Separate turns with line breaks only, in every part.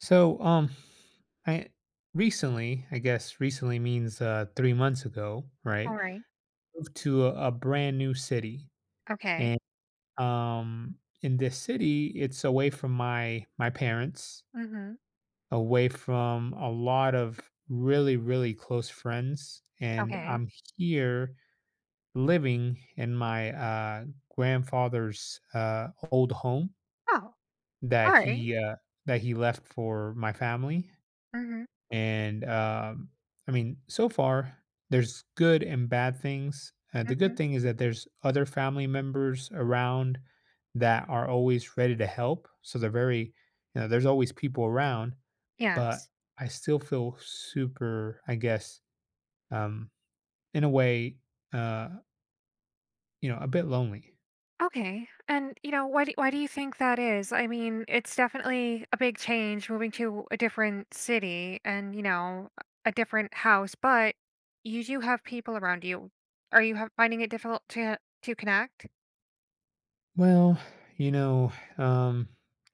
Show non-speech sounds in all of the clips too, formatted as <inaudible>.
So, I recently, I guess recently means 3 months ago, right?
All right.
Moved to a brand new city,
Okay.
and in this city, it's away from my parents,
Mhm.
away from a lot of really close friends, and
Okay.
I'm here living in my grandfather's old home
Oh,
that
all right.
he left for my family.
Mhm.
And I mean, so far, there's good and bad things. The good
Mhm.
thing is that there's other family members around that are always ready to help. So they're very, there's always people around, but
Yes.
I still feel super, I guess, um, in a way, uh, you know, a bit lonely.
Okay. And you know, why do you think that is? I mean, it's definitely a big change moving to a different city and, you know, a different house, but you do have people around you. Are you finding it difficult to connect?
Well, you know, um,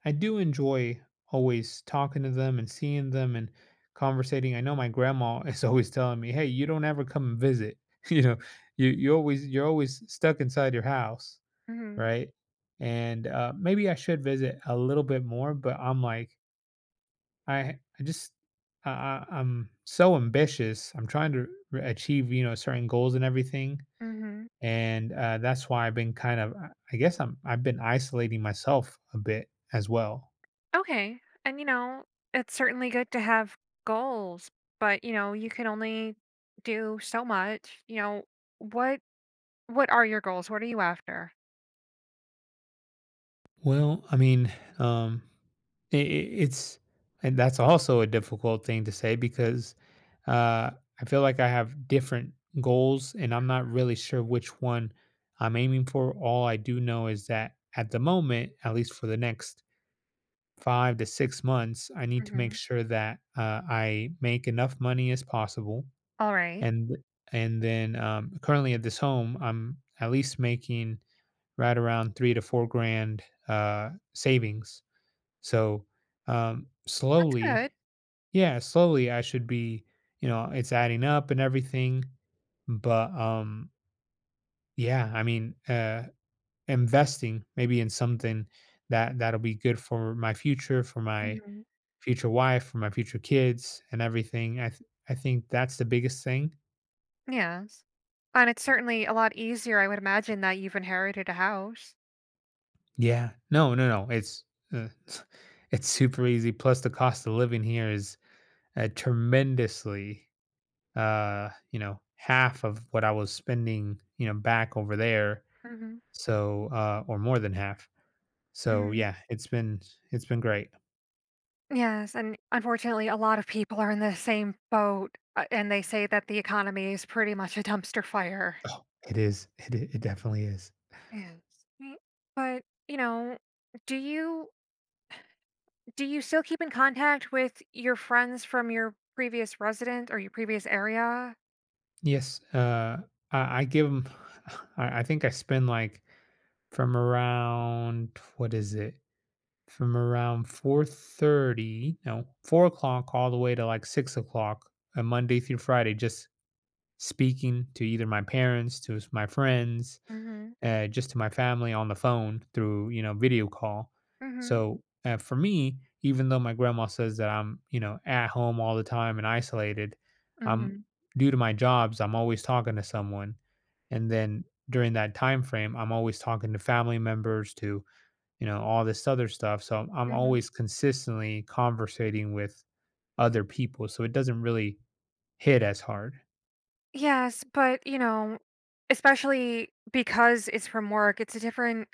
I do enjoy always talking to them and seeing them and conversating. I know my grandma <laughs> is always telling me, "Hey, you don't ever come and visit. <laughs> You know, you're always stuck inside your house,
Mhm.
right?" And maybe I should visit a little bit more, but I'm like, I I just I'm so ambitious. I'm trying to achieve you know certain goals and everything
Mhm.
and that's why I've been kind of, I've been isolating myself a bit as well.
Okay. And you know, it's certainly good to have goals, but you know, you can only do so much. You know, what What are your goals? What are you after?
Well, I mean, um, I it's, and that's also a difficult thing to say because uh, I feel like I have different goals and I'm not really sure which one I'm aiming for. All I do know is that at the moment, at least for the next 5 to 6 months, I need to make
Mhm.
sure that I make enough money as possible.
Alright.
and and then currently at this home I'm at least making right around 3 to 4 grand savings. So
That's
slowly,
good.
yeah, slowly I should be, you know, it's adding up and everything. But yeah, I mean, investing maybe in something that'll be good for my future, for my
Mhm.
future wife, for my future kids and everything I th- I think that's the biggest thing.
Yes. And it's certainly a lot easier, I would imagine, that you've inherited a house.
Yeah. No, no, no. It's uh, <laughs> it's super easy. Plus, the cost of living here is tremendously, you know, half of what I was spending, you know, back over there.
Mhm.
So, or more than half. So,
Mhm.
yeah, it's been great.
Yes, and unfortunately, a lot of people are in the same boat, and they say that the economy is pretty much a dumpster fire.
It is. It definitely is.
Yes. Y But, you know, do you do you still keep in contact with your friends from your previous resident or your previous area?
Yes. I give them. <sighs> I think I spend like from around what is it? From around 4:30, no, 4 o'clock all the way to like 6 o'clock, monday through friday, just speaking to either my parents, to my friends,
Mhm.
just to my family on the phone through, you know, video call.
Mhm.
So for me, even though my grandma says that I'm, you know, at home all the time and isolated, I'm,
Mhm.
due to my jobs, I'm always talking to someone. And then during that time frame I'm always talking to family members, to, you know, all this other stuff. So I'm
Mhm.
always consistently conversating with other people. So it doesn't really hit as hard.
Yes, but, you know, especially because it's from work, it's a different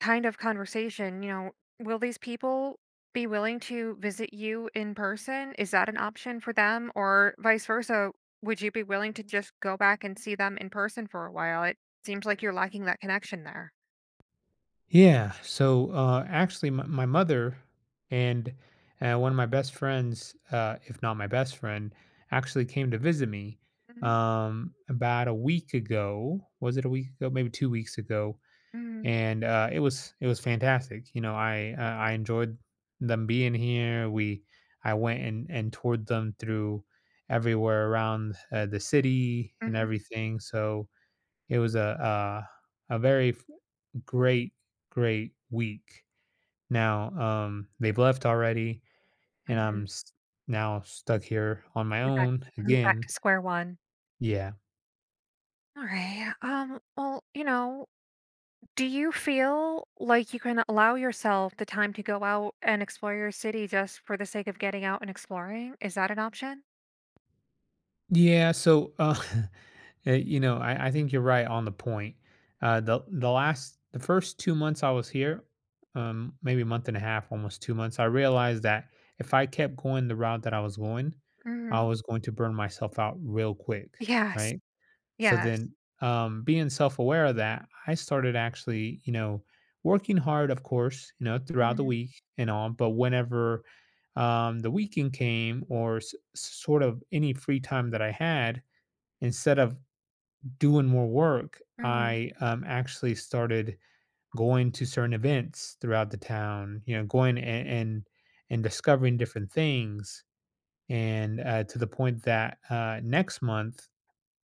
kind of conversation, you know, will these people be willing to visit you in person? Is that an option for them? Or vice versa, would you be willing to just go back and see them in person for a while? It seems like you're lacking that connection there.
Yeah. So actually, my mother and one of my best friends, if not my best friend, actually came to visit me
Mhm,
about a week ago. Was it a week ago? Maybe 2 weeks ago.
mhm,
And it was fantastic. You know, I enjoyed them being here. We I went and toured them through everywhere around the city and
mhm,
everything. So it was a very f- great great week. Now they've left already, and I'm
mhm.
s- now stuck here on my
You're back,
own
mhm, back
again.
to square one.
Yeah.
Alright, well, you know, do you feel like you can allow yourself the time to go out and explore your city just for the sake of getting out and exploring? Is that an option?
Yeah, so, <laughs> you know, I think you're right on the point. The first 2 months I was here, maybe a month and a half, almost 2 months, I realized that if I kept going the route that I
Mhm.
was going to burn myself out real quick,
Yes.
right? So
Yes.
then, being self-aware of that, I started actually, you know, working hard, of course, you know, throughout the
Mhm.
week and on. But whenever the weekend came, or sort of any free time that I had, instead of doing more work,
Mhm.
I actually started going to certain events throughout the town. You know, going and discovering different things, and to the point that next month,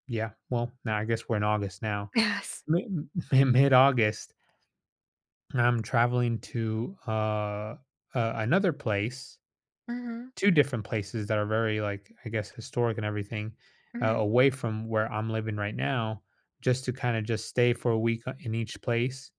yeah, well, now I guess we're in August now.
Yes.
Mi mi Mid-August, I'm traveling to, another place,
Mhm.
2 different places that are very, like, I guess, historic and everything,
Mhm.
away from where I'm living right now, just to kinda just stay for a week, in each place.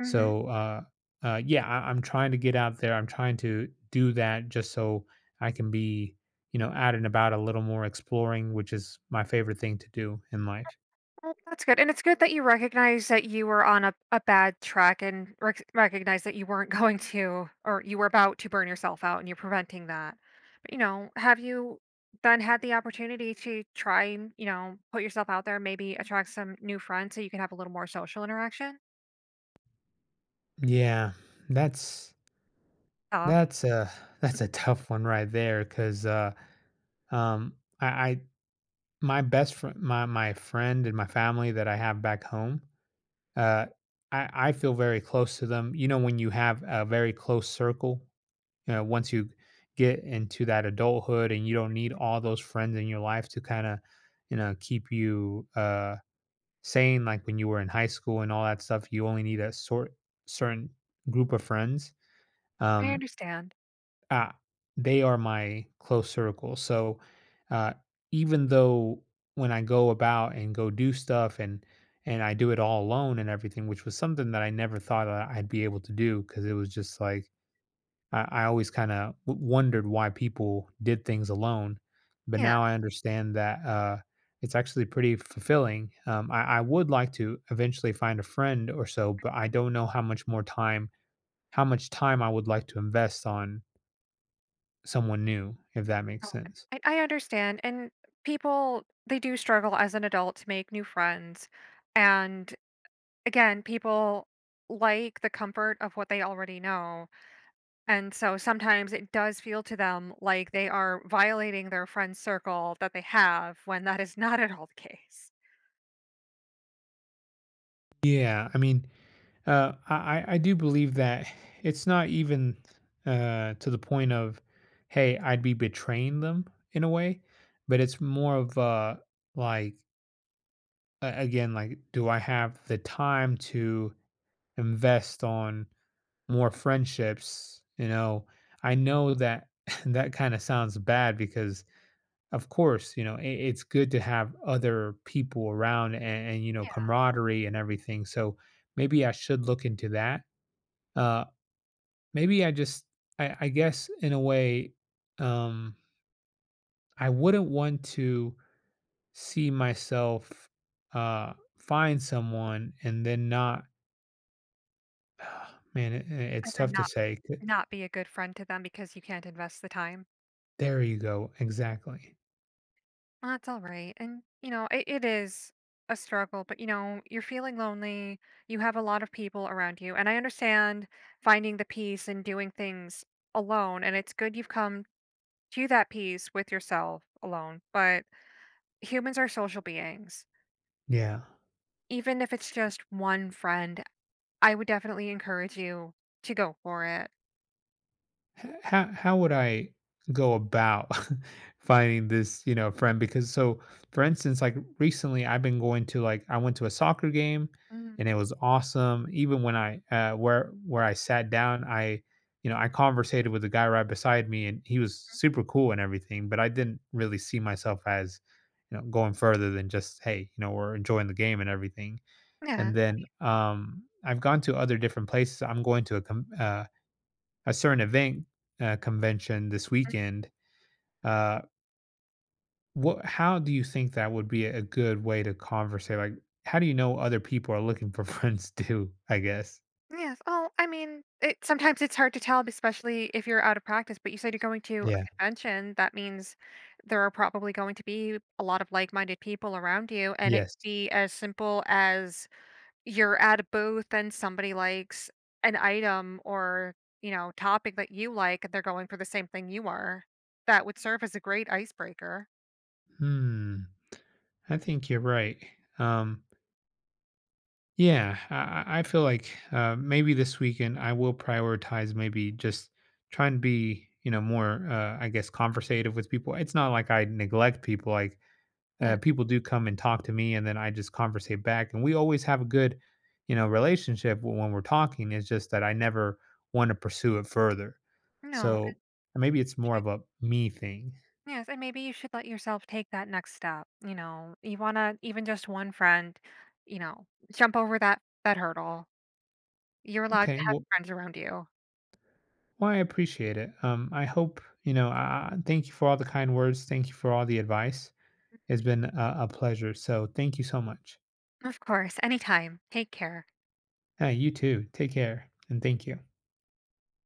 Mhm.
So, yeah, I'm trying to get out there. I'm trying to do that just so I can be, you know, out and about a little more exploring, which is my favorite thing to do in life.
Well, that's good, and it's good that you recognize that you were on a bad track and recognize that you weren't <laughs> going to, or you were about to burn yourself out, and you're preventing that. But you know, have you then had the opportunity to try and you know put yourself out there, maybe attract some new friends so you can have a little more social interaction?
Yeah, that's
Tough.
That's a that's a tough one right there, 'cause, I my best friend, my friend and my family that I have back home, uh, I feel very close to them. You know, when you have a very close circle, you know, once you get into that adulthood and you don't need all those friends in your life to kinda, you know, keep you, sane, like when you were in high school and all that stuff, you only need a sort certain group of friends.
I
Um,
understand.
Ah, they are my close circle. So, uh, even though when I go about and go do stuff and I do it all alone and everything, which was something that I never thought that I'd be able to do because it was just like I always kind of wondered why people did things alone, but
Yeah,
now I understand that it's actually pretty fulfilling. I would like to eventually find a friend or so, but I don't know how much time I would like to invest on someone new, if that makes
no,
sense.
I understand, and people they do struggle as an adult to make new friends, and again, people like the comfort of what they already know, and so sometimes it does feel to them like they are violating their friend circle that they have when that is not at all the case.
Yeah, I mean, I do believe that it's not even to the point of, hey, I'd be betraying them in a way, but it's more of like, again, like, do I have the time to invest on more friendships? You know, I know that <laughs> that kind of sounds bad because of course, you know, it's good to have other people around and, you know,
Yeah.
camaraderie and everything. So maybe I should look into that. Uh, maybe I just, I guess in a way, um, I wouldn't want to see myself uh, find someone and then not, <sighs> man, it's
And then
tough to say.
not be a good friend to them because you can't invest the time.
There you go. Exactly.
Well, that's all right, and, you know, it is a struggle, but, you know, you're feeling lonely, you have a lot of people around you, and I understand finding the peace and doing things alone, and it's good you've come to that peace with yourself alone. But humans are social beings.
Yeah.
Even if it's just one friend, I would definitely encourage you to go for it.
How how would I go about <laughs> finding this, you know, friend? Because so, for instance, like recently, I've been going to like I went to a soccer game, and
Mm,
it was awesome. Even when I where I sat down, I you know, I conversated with the guy right beside me, and he was super cool and everything. But I didn't really see myself as, you know, going further than just hey, you know, we're enjoying the game and everything.
yeah.
And then I've gone to other different places. I'm going to a certain event, convention this
Mm,
weekend, uh, what, how do you think that would be a good way to conversate? Like, how do you know other people are looking for <laughs> friends too? I guess.
yes. Oh, I mean, it, sometimes it's hard to tell, especially if you're out of practice. But you said you're going to a
Yeah.
convention. That means there are probably going to be a lot of like minded people around you. And it could
Yes.
be as simple as you're at a booth and somebody likes an item or, you know, topic that you like, and they're going for the same thing you are. That would serve as a great icebreaker.
Hmm. I think you're right. Um, yeah, I feel like maybe this weekend I will prioritize maybe just trying to be, you know, more, I guess, conversative with people. It's not like I neglect people. Like
Yeah.
people do come and talk to me and then I just conversate back. And we always have a good, you know, relationship when we're talking. It's just that I never want to pursue it further.
No.
So maybe it's more
Should-
of a me thing.
Yes. And maybe you should let yourself take that next step. You know, you want to, even just one friend, you know, jump over that, that hurdle. You're allowed
Okay.
to have
Well,
friends around you.
well I appreciate it. I hope, you know, thank you for all the kind words. Thank you for all the advice. It's been a pleasure. So thank you so much.
Of course. Anytime. Take care.
You too. Take care and thank you.